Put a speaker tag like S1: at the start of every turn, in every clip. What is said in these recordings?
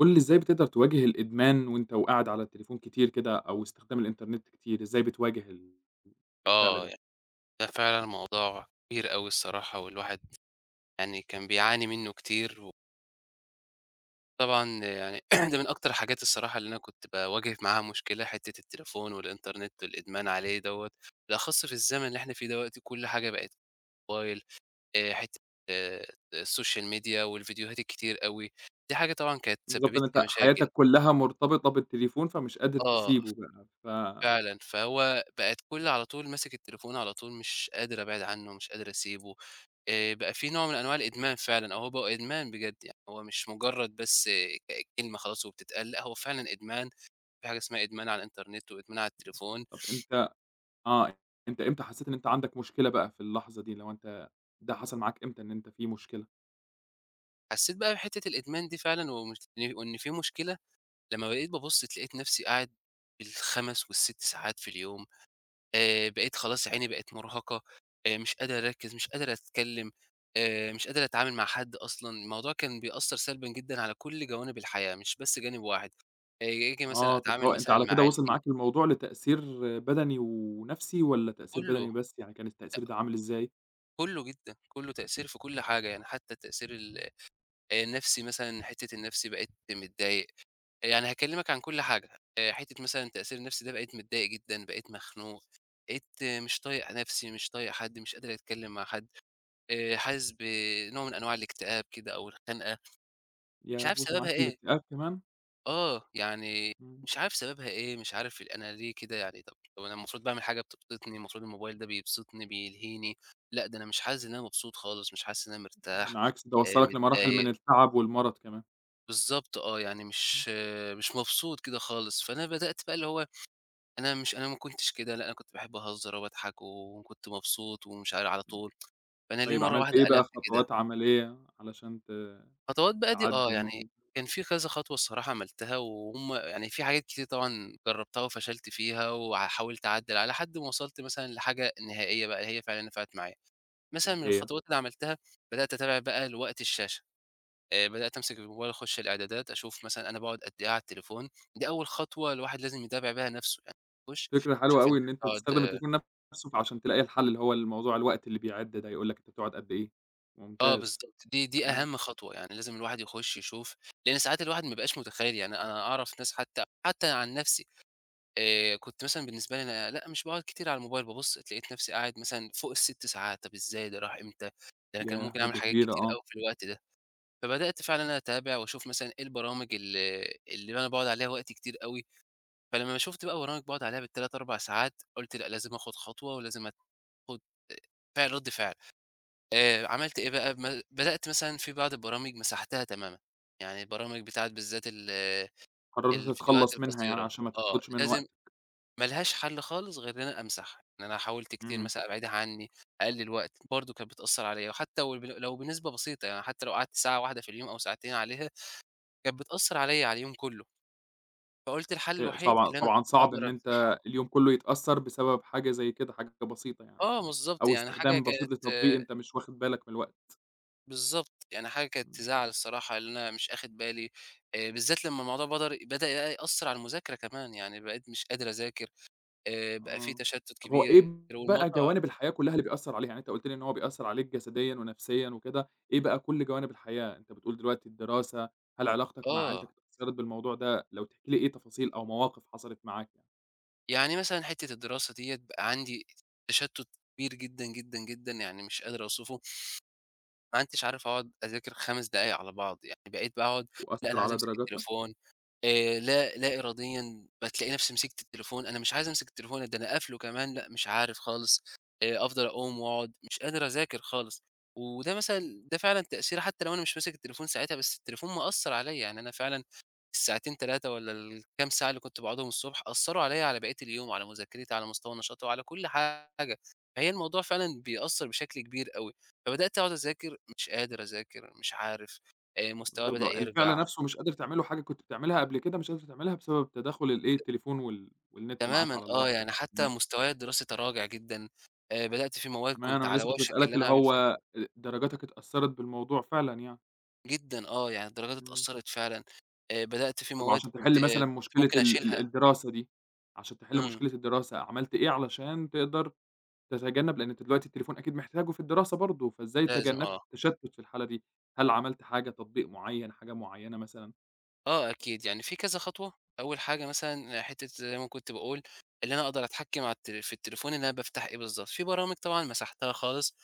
S1: قُل لي إزاي بتقدر تواجه الإدمان وأنت وقاعد على التليفون كتير كده أو استخدام الإنترنت كتير، إزاي بتواجه الفعل
S2: آه،
S1: ده؟
S2: يعني ده فعلًا موضوع كبير أوي الصراحة، والواحد يعني كان بيعاني منّه كتير، وطبعًا يعني ده من أكتر الحاجات الصراحة اللي أنا كنت باواجه معاها مشكلة، حتّة التليفون والإنترنت والإدمان عليه دوّة، بالأخص في الزمن اللي إحنا فيه دلوقتي كل حاجة بقت موبايل، حتّة آآ، السوشيال ميديا والفيديوهات الكتير أوي، دي حاجة طبعًا كانت
S1: بالضبط
S2: سببت
S1: إن
S2: لي
S1: أنت
S2: مشاكل.
S1: حياتك كلّها مرتبطة بالتليفون فمش قادر
S2: آه،
S1: تسيبه بقى، ف
S2: فعلًا، فهو بقت كل على طول ماسك التليفون على طول، مش قادر أبعد عنّه، مش قادر أسيبه. بقى في نوع من أنواع الإدمان فعلًا، أو هو بقى إدمان بجد يعني، هو مش مجرد بس كلمة خلاص وبتتقال، لأ هو فعلًا إدمان، في حاجة اسمها إدمان على الإنترنت وإدمان على التليفون،
S1: طب أنت آه، أنت إمتى حسّيت إن أنت عندك مشكلة بقى في اللحظة دي، لو أنت ده حصل معاك إمتى إن أنت في مشكلة؟
S2: حسيت بقى بحتة الإدمان دي فعلًا ومش وإن في مشكلة لمّا بقيت بابُص لقيت نفسي قاعد بال5 وال6 ساعات في اليوم. بقيت خلاص عيني بقت مرهقة، مش قادر أركّز، مش قادر أتكلّم، مش قادر أتعامل مع حد أصلًا، الموضوع كان بيأثّر سلبًا جدًا على كل جوانب الحياة، مش بس جانب واحد، آآ آجي مثلًا
S1: آه، طب
S2: أتعامل
S1: هو أنت
S2: مثلًا
S1: على
S2: مع
S1: كده وصل
S2: عيلتي،
S1: معاك الموضوع لتأثير بدني ونفسي والّا تأثير
S2: كلّه،
S1: بدني بس، يعني كان التأثير ده عامل إزاي؟
S2: كلّه جدًا، كلّه تأثير في كل حاجة، يعني حتى التأثير ال آه، النفسي مثلًا، حتّة النفسي بقيت متضايق، يعني هاكلّمك عن كل حاجة، حتّة مثلًا التأثير النفسي ده بقيت متضايق جدًا، بقيت مخنوق، بقيت مش طايق نفسي، مش طايق حد، مش قادر أتكلّم مع حد. حاسس بنوع من أنواع الاكتئاب كده أو الخنقة، مش
S1: ياه!
S2: عارف
S1: وصل
S2: سببها
S1: معاك
S2: إيه.
S1: للاكتئاب كمان؟
S2: آه، يعني
S1: إمم.
S2: مش عارف سببها إيه، مش عارف أنا ليه كده يعني طب أنا المفروض باعمل حاجة بتبسطني، المفروض الموبايل ده بيبسطني، بيلهيني، لأ ده أنا مش حاسس إن أنا مبسوط خالص، مش حاسس إن أنا مرتاح،
S1: بالعكس ده وصّلك لمراحل من
S2: متضايق.
S1: التعب والمرض كمان.
S2: بالضبط آه، يعني
S1: إمم،
S2: مش مبسوط كده خالص، فأنا بدأت بقى اللي هو أنا ما كنتش كده، لأ أنا كنت باحب أهزر وأضحك وكنت مبسوط ومش عار على
S1: إمم.
S2: طول، فأنا ليه
S1: طيب
S2: مرّة
S1: عملت
S2: واحدة
S1: إيه بقى
S2: قلبت كده؟
S1: خطوات عملية علشان ت
S2: خطوات بقى دي
S1: تعدّي
S2: يعني
S1: الموقف ده؟
S2: كان في كذا خطوة الصراحة عملتها، وهُم يعني في حاجات كتير طبعًا جرّبتها وفشلت فيها، وحاولت أعدّل على حد ما وصلت مثلًا لحاجة نهائية بقى هي فعلًا نفعت معايا. مثلًا
S1: إيه
S2: من
S1: هي؟
S2: الخطوات اللي عملتها، بدأت أتابع بقى لوقت الشاشة، بدأت أمسك الموبايل أخش الإعدادات أشوف مثلًا أنا باقعد قد إيه على التليفون، دي أول خطوة الواحد لازم يتابع بيها نَفْسه، يعني تخش
S1: فكرة حلوة
S2: تشوف
S1: أوي
S2: أنت
S1: إن أنت تستخدم
S2: بتقعد
S1: التليفون نفسه فعشان تلاقي الحل اللي هو الموضوع الوقت اللي بيعِد ده، يقول لك أنت بتقعد قد إيه،
S2: آه،
S1: ممتاز.
S2: بالضبط دي
S1: إمم.
S2: أهم خطوة، يعني لازم الواحد يخش يشوف، لإن ساعات الواحد ما بيبقاش متخيّل، يعني أنا أعرف ناس حتى عن نَفْسي كنت مثلًا بالنسبة لي أنا لأ، مش باقعد كتير على الموبايل، بابُص لقيت نفسي قاعد مثلًا فوق ال6 ساعات، طَب إزاي ده راح إمتى؟ ده أنا كان
S1: ياه!
S2: ممكن أعمل
S1: مدة
S2: حاجات
S1: كبيرة
S2: كتير
S1: آه.
S2: أوي في الوقت ده. فبدأت فعلًا أنا أتابع وأشوف مثلًا إيه البرامج اللي أنا باقعد عليها وقت كتير أوي، فلمّا شُفت بقى برامج باقعد عليها بال3، 4 ساعات، قُلت لأ، لازم آخُد خطوة ولازم آخُد فعل رَد فعل. عملت إيه بقى، بدأت مثلًا في بعض البرامج مسحتها تمامًا، يعني البرامج بتاعة بالذات
S1: قررت
S2: الفيديوهات
S1: تتخلّص منها يعني
S2: القصيرة،
S1: عشان ما
S2: آه،
S1: تاخدش من
S2: لازم
S1: وقتك.
S2: ما لهاش حل خالص غير إن أنا أمسحها، إن أنا حاولت كتير
S1: إمم.
S2: مثلًا أبعدها عني، أقلل وقت، برضه كانت بتأثّر عليَّ، وحتى ول بن لو بنسبة بسيطة يعني حتى لو قعدت ساعة واحدة في اليوم أو ساعتين عليها، كانت بتأثّر عليَّ على اليوم كله، فقُلت الحل
S1: شيء
S2: الوحيد
S1: صعب
S2: اللي أنا
S1: طبعًا صعب
S2: أقدر
S1: إن
S2: أمسحها.
S1: أنت اليوم كُلّه يتأثّر بسبب حاجة زي كده، حاجة بسيطة يعني،
S2: آه بالضبط،
S1: أو
S2: يعني حاجة
S1: استخدام
S2: كانت
S1: بسيط لتطبيق أنت مش واخد بالك من الوقت.
S2: بالضبط، يعني حاجة كانت
S1: إمم.
S2: تزعّل الصراحة إن أنا مش آخد بالي، بالذات لمّا الموضوع بدأ يأثّر على المذاكرة كمان، يعني بقيت مش قادر أذاكر، بقى في
S1: آه.
S2: تشتُّت
S1: طب هو
S2: كبير
S1: إيه بقى
S2: والموضوع
S1: جوانب الحياة كلّها اللي بيأثّر عليها؟ يعني أنت قُلت لي إن هو بيأثّر عليك جسديًا ونفسيًا وكده، إيه بقى كل جوانب الحياة؟ أنت بتقول دلوقتي الدراسة، هل علاقتك مع عيلتك
S2: آه.
S1: اتأثّرت بالموضوع ده؟ لو تحكي لي إيه تفاصيل أو مواقف حصلت معاك يعني،
S2: يعني مثلًا حتّة الدراسة ديّة بقى عندي تشتُّت كبير جدًا، جدًا، جدًا، يعني مش قادر أوصفه. ما عدتش عارف أقعد أذاكر 5 دقايق على بعض، يعني بقيت باقعد لأ أنا
S1: وأثّر
S2: عايز
S1: على
S2: أمسك
S1: درجاتك؟
S2: التليفون، لا إراديًا بتلاقي نفسي مسكت التليفون، أنا مش عايز أمسك التليفون ده أنا قافله كمان، لأ مش عارف خالص، أفضل أقوم وأقعد، مش قادر أذاكر خالص، وده مثلًا ده فعلًا تأثير حتى لو أنا مش ماسك التليفون ساعتها، بس التليفون مأثّر عليَّ، يعني أنا فعلًا الساعتين 3 والّا الكام ساعة اللي كنت باقعدهم الصبح أثّروا عليَّ على بقية اليوم، على مذاكرتي، على مستوى نشاطي، وعلى كل حاجة، فهي الموضوع فعلًا بيأثّر بشكل كبير أوي. فبدأت أقعد أذاكر، مش قادر أذاكر، مش عارف، مستواي بدأ
S1: الفعل
S2: يرجع
S1: نفسه مش قادر تعمله، حاجة كنت بتعملها قبل كده مش قادر تعملها بسبب تداخل الإيه، التليفون والنت معاك
S2: تمامًا
S1: على
S2: آه،
S1: الوضع ده.
S2: يعني حتى
S1: إمم.
S2: مستواي الدراسي تراجع جدًا، بدأت في مواد
S1: ما
S2: كنت
S1: أنا
S2: على
S1: لسه كنت
S2: وشك
S1: باسألك
S2: اللي
S1: اللي
S2: أنا أعمل
S1: هو
S2: فيها
S1: أ درجاتك اتأثّرت بالموضوع فعلًا يعني.
S2: جدًا آه، يعني الدرجات
S1: إمم.
S2: اتأثّرت فعلًا، بدأت في
S1: طب
S2: مواد
S1: عشان
S2: كنت
S1: تحل
S2: آه،
S1: مثلًا
S2: كنت
S1: مشكلة
S2: ممكن
S1: ال ال
S2: أشيلها،
S1: الدراسة دي، عشان تحل
S2: إمم،
S1: مشكلة الدراسة، عملت إيه علشان تقدر تتجنب لأن أنت دلوقتي التليفون أكيد محتاجه في الدراسة برضه، فإزاي
S2: لازم
S1: تجنبت
S2: آه،
S1: التشتت في الحالة دي؟ هل عملت حاجة، تطبيق معين، حاجة معينة مثلًا؟
S2: آه أكيد، يعني في كذا خطوة، أول حاجة مثلًا حتّة زي ما كنت باقول، اللي أنا أقدر أتحكّم على التل في التليفون إن أنا بافتح إيه بالضبط، في برامج طبعًا مسحتها خالص،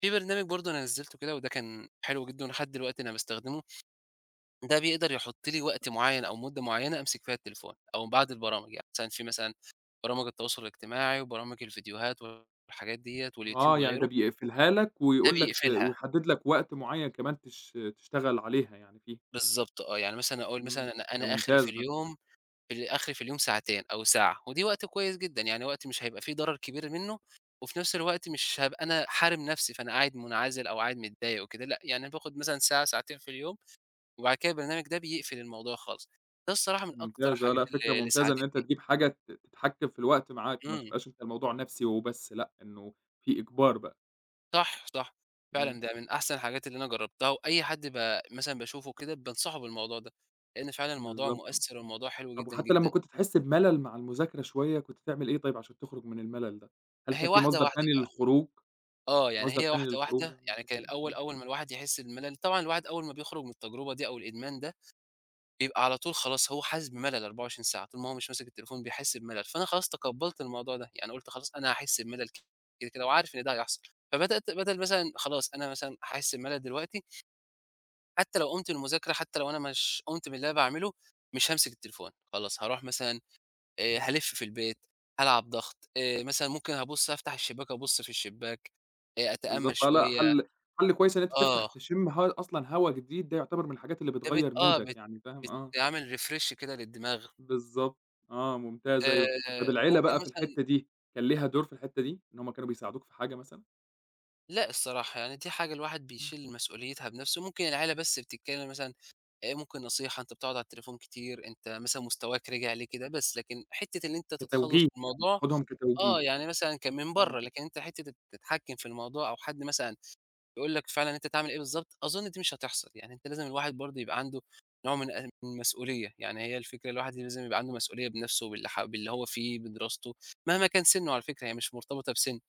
S2: في برنامج برضه أنا نزّلته كده وده كان حلو جدًا ولحد دلوقتي أنا باستخدمه ده بيقدر يحُط لي وقت معيّن أو مدة معيّنة أمسك فيها التليفون، أو بعض البرامج، يعني مثلًا في مثلًا برامج التواصل الاجتماعي وبرامج الفيديوهات والحاجات ديّة واليوتيوب
S1: آه، يعني ده
S2: وغيره،
S1: بيقفلها لك
S2: ده
S1: ويقول لك ت
S2: بيقفلها،
S1: ويحدد لك وقت معين كمان تشتغل عليها يعني فيه،
S2: بالضبط آه، يعني مثلًا أقول
S1: إمم،
S2: مثلًا أنا
S1: ده
S2: أنا آخري
S1: ممتاز
S2: في
S1: ده،
S2: اليوم آخري في اليوم ساعتين أو ساعة، ودي وقت كويس جدًا، يعني وقت مش هيبقى في ضرر كبير منّه، وفي نفس الوقت مش هابقى أنا حارم نفسي، فأنا قاعد منعزل أو قاعد متضايق وكده، لأ، يعني أنا باخد مثلًا ساعة، ساعتين في اليوم، وبعد كده البرنامج ده بيقفل الموضوع خالص، ده الصراحة من أكتر
S1: ممتاز آه،
S2: الحاجات
S1: لأ فكرة
S2: اللي
S1: ممتازة إن أنت
S2: ساعدتني.
S1: تجيب حاجة تتحكم في الوقت معاك، ما
S2: إمم.
S1: تبقاش أنت الموضوع نفسي وبس، لأ إنه في إجبار بقى،
S2: صح، صح.
S1: إمم،
S2: فعلًا ده من أحسن الحاجات اللي أنا جرّبتها، وأي حد مثلًا باشوفه كده بانصحه بالموضوع ده، لإن فعلًا الموضوع
S1: بالضبط، آه.
S2: مؤثّر والموضوع حلو
S1: طب
S2: جدًا،
S1: وحتى لمّا
S2: جدًا.
S1: كنت تحس بملل مع المذاكرة شوية، كنت تعمل إيه طيب عشان تخرج من الملل ده؟ هل
S2: هي
S1: كان في
S2: واحدة،
S1: مصدر
S2: واحدة
S1: تاني
S2: بقى،
S1: للخروج،
S2: آه، يعني
S1: مصدر
S2: هي
S1: تاني
S2: واحدة،
S1: للخروج
S2: واحدة،
S1: يعني من
S2: يعني كان
S1: الحتة دي؟
S2: الأول
S1: آه،
S2: أول ما الواحد يحس بملل طبعًا الواحد أول ما بيخرج من التجربة دي أو الإدمان ده، بيبقى على طول خلاص هو حاسس بملل 24 ساعة، طول ما هو مش ماسك التليفون بيحس بملل، فأنا خلاص تقبّلت الموضوع ده، يعني قُلت خلاص أنا هاحس بملل كده، كده وعارف إن ده هيحصل، فبدأت بدل مثلًا خلاص أنا مثلًا هاحس بملل دلوقتي حتى لو قُمت من المذاكرة، حتى لو أنا مش قُمت من اللي أنا باعمله، مش هامسك التليفون، خلاص هاروح مثلًا هالِف في البيت، هالعب ضغط، مثلًا ممكن هابُص أفتح الشباك، أبُص في الشباك، أتأمل
S1: بالضبط آه، لأ
S2: شوية،
S1: حل كويس إن أنت تفتح
S2: آه،
S1: تشم ه أصلًا هوا جديد، ده يعتبر من الحاجات اللي
S2: ده بت
S1: بتغيّر
S2: آه
S1: مودك
S2: بت
S1: يعني فاهم، آه،
S2: بتعمل refresh كده للدماغ،
S1: بالضبط، آه، ممتاز أيوه. طب العيلة
S2: ممكن
S1: بقى في
S2: مثلًا
S1: الحتة دي، كان ليها دور في الحتة دي، إن هُم كانوا بيساعدوك في حاجة مثلًا؟
S2: لأ الصراحة، يعني دي حاجة الواحد
S1: إمم،
S2: بيشيل مسؤوليتها بنفسه، ممكن العيلة بس بتتكلم مثلًا ممكن نصيحة، أنت بتقعد على التليفون كتير، أنت مثلًا مستواك رِجع ليه كده بس، لكن حتّة اللي أنت تتخلّص
S1: كتوجيه
S2: من
S1: يعني،
S2: الموضوع
S1: بتاخدهم
S2: آه،
S1: كتوجيه،
S2: يعني مثلًا كان من
S1: إمم،
S2: برّه، لكن أنت حتّة إنك تتحكّم في الموضوع أو حد مثلًا يقول لك فعلًا أنت تعمل إيه بالضبط، أظن دي مش هتحصل، يعني أنت لازم الواحد برضه يبقى عنده نوع من المسؤولية، يعني هي الفكرة الواحد لازم يبقى عنده مسؤولية بنَفْسه وباللي ح باللي هو فيه، بدراسته، مهما كان سِنُّه على فكرة، هي مش مرتبطة بسِن.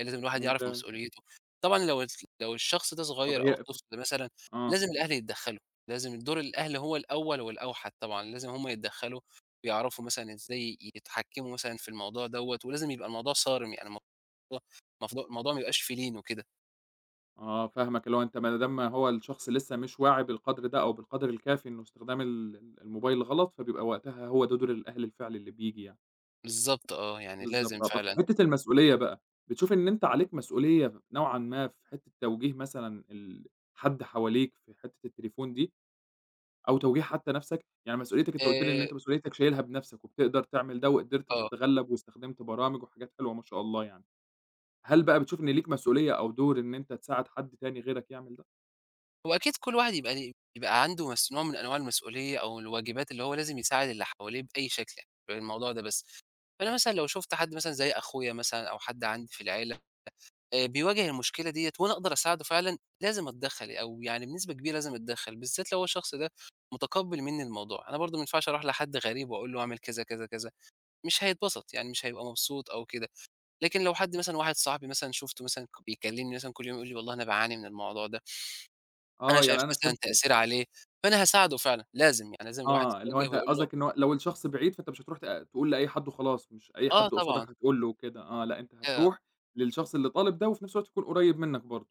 S2: لازم الواحد يعرف
S1: ممتاز.
S2: مسؤوليته. طبعًا لو لو الشخص ده
S1: طب
S2: صغير أو
S1: هي ف
S2: الطفل مثلًا،
S1: آه.
S2: لازم الأهل يتدخّلوا، لازم دور الأهل هو الأول والأوحد طبعًا، لازم هم يتدخّلوا ويعرفوا مثلًا إزاي يتحكموا مثلًا في الموضوع دوّة، ولازم يبقى الموضوع صارم، يعني الموضوع الموضوع ما يبقاش في لين وكده.
S1: آه، فاهمك، اللي هو أنت ما دام هو الشخص لسه مش واعي بالقدر ده أو بالقدر الكافي إنه استخدام الموبايل غلط، فبيبقى وقتها هو ده دور الأهل الفعلي اللي بييجي يعني،
S2: بالضبط آه، يعني لازم
S1: بالضبط آه، طب في
S2: فعلًا.
S1: حتة المسؤولية بقى، بتشوف إن أنت عليك مسؤولية نوعًا ما في حتة توجيه مثلًا ال حد حواليك في حتة التليفون دي، أو توجيه حتى نَفْسك؟ يعني مسؤوليتك أنت قُلت لي إن
S2: آآ
S1: أنت مسؤوليتك شايلها بنَفْسك وبتقدر تعمل ده وقدرت
S2: آه.
S1: تتغلّب واستخدمت برامج وحاجات حلوة ما شاء الله يعني، هل بقى بتشوف إن ليك مسؤولية أو دور إن أنت تساعد حد تاني غيرك يعمل ده؟
S2: هو أكيد كل واحد يبقى ليه يبقى عنده نوع من أنواع المسؤولية أو الواجبات اللي هو لازم يساعد اللي حواليه بأي شكل يعني، في الموضوع ده بس. فأنا مثلًا لو شُفت حد مثلًا زي أخويا مثلًا أو حد عندي في العيلة بيواجه المشكلة ديّة وأنا أقدر أساعده فعلًا، لازم أتدخّل أو يعني بنسبة كبيرة لازم أتدخّل، بالذات لو هو الشخص ده متقبّل منّي الموضوع. أنا برضه ما ينفعش أروح لحد غريب وأقول له اعمل كذا، كذا، كذا، مش هيتبسط، يعني مش هيبقى مبسوط أو كده. لكن لو حد مثلًا واحد صاحبي مثلًا شُفته مثلًا بيكلمني مثلًا كل يوم يقول لي والله أنا باعاني من الموضوع ده. أنا
S1: آه،
S2: شايف
S1: يعني أنا
S2: مثلًا
S1: فهمت
S2: تأثير عليه، فأنا هاساعده فعلًا، لازم يعني لازم الواحد
S1: آه، اللي هو
S2: يتوجه
S1: أنت
S2: ويقول له
S1: قصدك إن هو لو الشخص بعيد فأنت مش هتروح ت تقول لأي حد وخلاص، مش أي
S2: آه
S1: حد
S2: طبعًا،
S1: قصادك هتقول له وكده، آه، لأ أنت
S2: آآ
S1: هتروح للشخص اللي طالب ده وفي نفس الوقت يكون قريب منك برضه،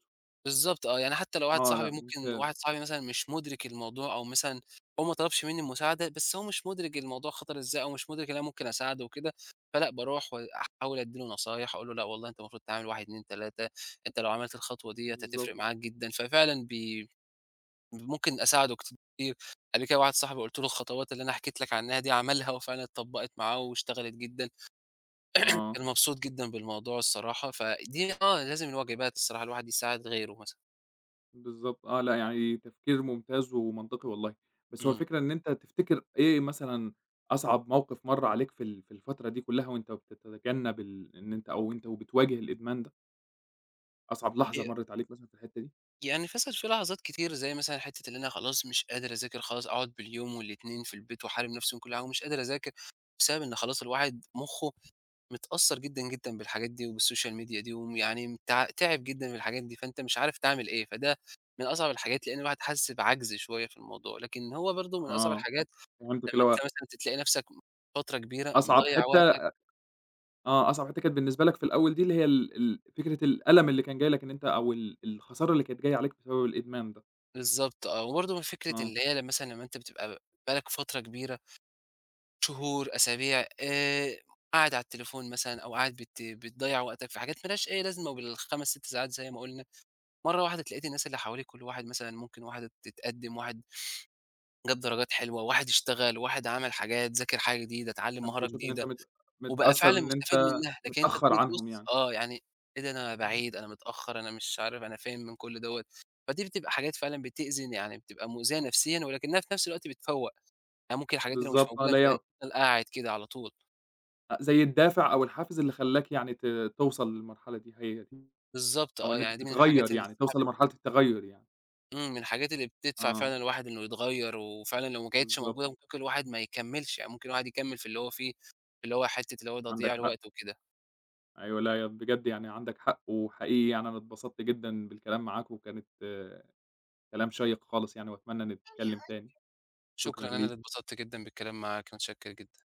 S2: بالضبط آه، يعني حتى لو واحد
S1: آه، لأ
S2: صاحبي ممكن واحد
S1: ممتاز،
S2: صاحبي مثلًا مش مُدرك الموضوع أو مثلًا هو ما طلبش مني المساعدة، بس هو مش مُدرك الموضوع خطر إزاي أو مش مُدرك إن أنا ممكن أساعده وكده، فلأ باروح وأحاول أدّي له نصايح، أقول له لأ والله أنت المفروض تعمل 1، 2، 3 أنت لو عملت الخطوة ديّة
S1: بالضبط،
S2: هتفرق معاك جدًا، ففعلًا ممكن أساعده كتير. قبل كده واحد صاحبي قُلت له الخطوات اللي أنا حكيت لك عنها دي، عملها وفعلًا اتطبّقت معاه واشتغلت جدًا.
S1: آه،
S2: كان مبسوط جدًا بالموضوع الصراحة، فدي آه، لازم الواجبات الصراحة الواحد يساعد غيره مثلًا،
S1: بالضبط، آه، لأ يعني تفكير ممتاز ومنطقي والله، بس هو
S2: إمم،
S1: الفكرة إن أنت تفتكر إيه مثلًا أصعب موقف مَر عليك في ال في الفترة دي كلها وأنت بتتجنب ال إن أنت أو أنت وبتواجه الإدمان ده، أصعب لحظة
S2: ي
S1: مرّت عليك مثلًا في الحتة دي؟
S2: يعني فسَد في لحظات كتير زي مثلًا حتّة اللي أنا خلاص مش قادر أذاكر، خلاص أقعد باليوم والاتنين في البيت واحارب نفسي من كل حاجة ومش قادر أذاكر، بسبب إن خلاص الواحد مُخّه متأثّر جدًا، جدًا بالحاجات دي وبالسوشيال ميديا دي، ويعني تعب جدًا من الحاجات دي، فأنت مش عارف تعمل إيه، فده من أصعب الحاجات، لإن الواحد حاسس بعَجْز شوية في الموضوع، لكن هو برضه من أصعب
S1: آه،
S2: الحاجات
S1: فهمتك
S2: لمّا
S1: اللي
S2: أنت
S1: هو
S2: مثلًا تلاقي نفسك فترة كبيرة
S1: أصعب
S2: مضيّع
S1: حتة
S2: وقتك
S1: آه، أصعب حتّة كانت بالنسبة لك في الأول دي اللي هي ال ال فكرة الألم اللي كان جاي لك إن أنت أو ال الخسارة اللي كانت جاية عليك بسبب الإدمان ده،
S2: بالضبط آه، وبرضه من فكرة
S1: آه،
S2: اللي هي مثلًا لمّا أنت بتبقى بقى لك فترة كبيرة، شهور، أسابيع، قاعد على التليفون مثلًا أو قاعد بتضيّع وقتك في حاجات ما لهاش أي لازمة وبال5، 6 ساعات زي ما قُلنا، مرّة واحدة تلاقيت الناس اللي حواليك كل واحد مثلًا ممكن واحد اتقدّم، واحد جاب درجات حلوة، واحد اشتغل، واحد عمل حاجات، ذاكر حاجة جديدة، اتعلّم
S1: فأنت
S2: مهارة
S1: بتشوف إن أنت
S2: جديدة.
S1: مت
S2: وبقى
S1: متأثّر
S2: فعلًا
S1: إن
S2: مستفيد
S1: أنت
S2: منها، لكن أنت
S1: متأخّر
S2: تيجي
S1: عنهم
S2: تبُص
S1: يعني،
S2: آه، يعني إيه ده أنا
S1: إمم،
S2: بعيد، أنا متأخّر، أنا مش عارف أنا فين من كل دوّة، فدي بتبقى حاجات فعلًا بتأذي يعني بتبقى مؤذية نفسيًا ولكنها في نفس الوقت بتفوّق، يعني ممكن الحاجات دي لو مش
S1: بالضبط آه،
S2: موجودة
S1: اللي
S2: أنت
S1: هي
S2: هتفضل قاعد كده على طول.
S1: أ زي الدافع أو الحافز اللي خلّاك يعني ت توصل للمرحلة دي، هي دي،
S2: بالضبط
S1: أو
S2: آه،
S1: إن أنت
S2: يعني دي من الحاجات
S1: تتغيّر
S2: اللي
S1: يعني،
S2: الصراحة
S1: توصل
S2: بت
S1: لمرحلة التغيّر يعني،
S2: إمم، من الحاجات اللي بتدفع
S1: آه،
S2: فعلًا الواحد إنه يتغيّر، وفعلًا لو ما كانتش
S1: بالضبط،
S2: موجودة ممكن الواحد ما يكمّلش، يعني ممكن الواحد يكمّل في اللي هو فيه، اللي هو حتّة اللي هو تضييع
S1: عندك حق،
S2: الوقت وكده.
S1: أيوه، لا ي بجد يعني عندك حق، وحقيقي يعني أنا اتبسطت جدًا بالكلام معاك، وكانت آه، كلام شيّق خالص يعني، وأتمنى نتكلّم تاني.
S2: شكرًا
S1: شكرًا
S2: أنا اللي
S1: ليك.
S2: اتبسطت جدًا بالكلام معاك، متشكر جدًا.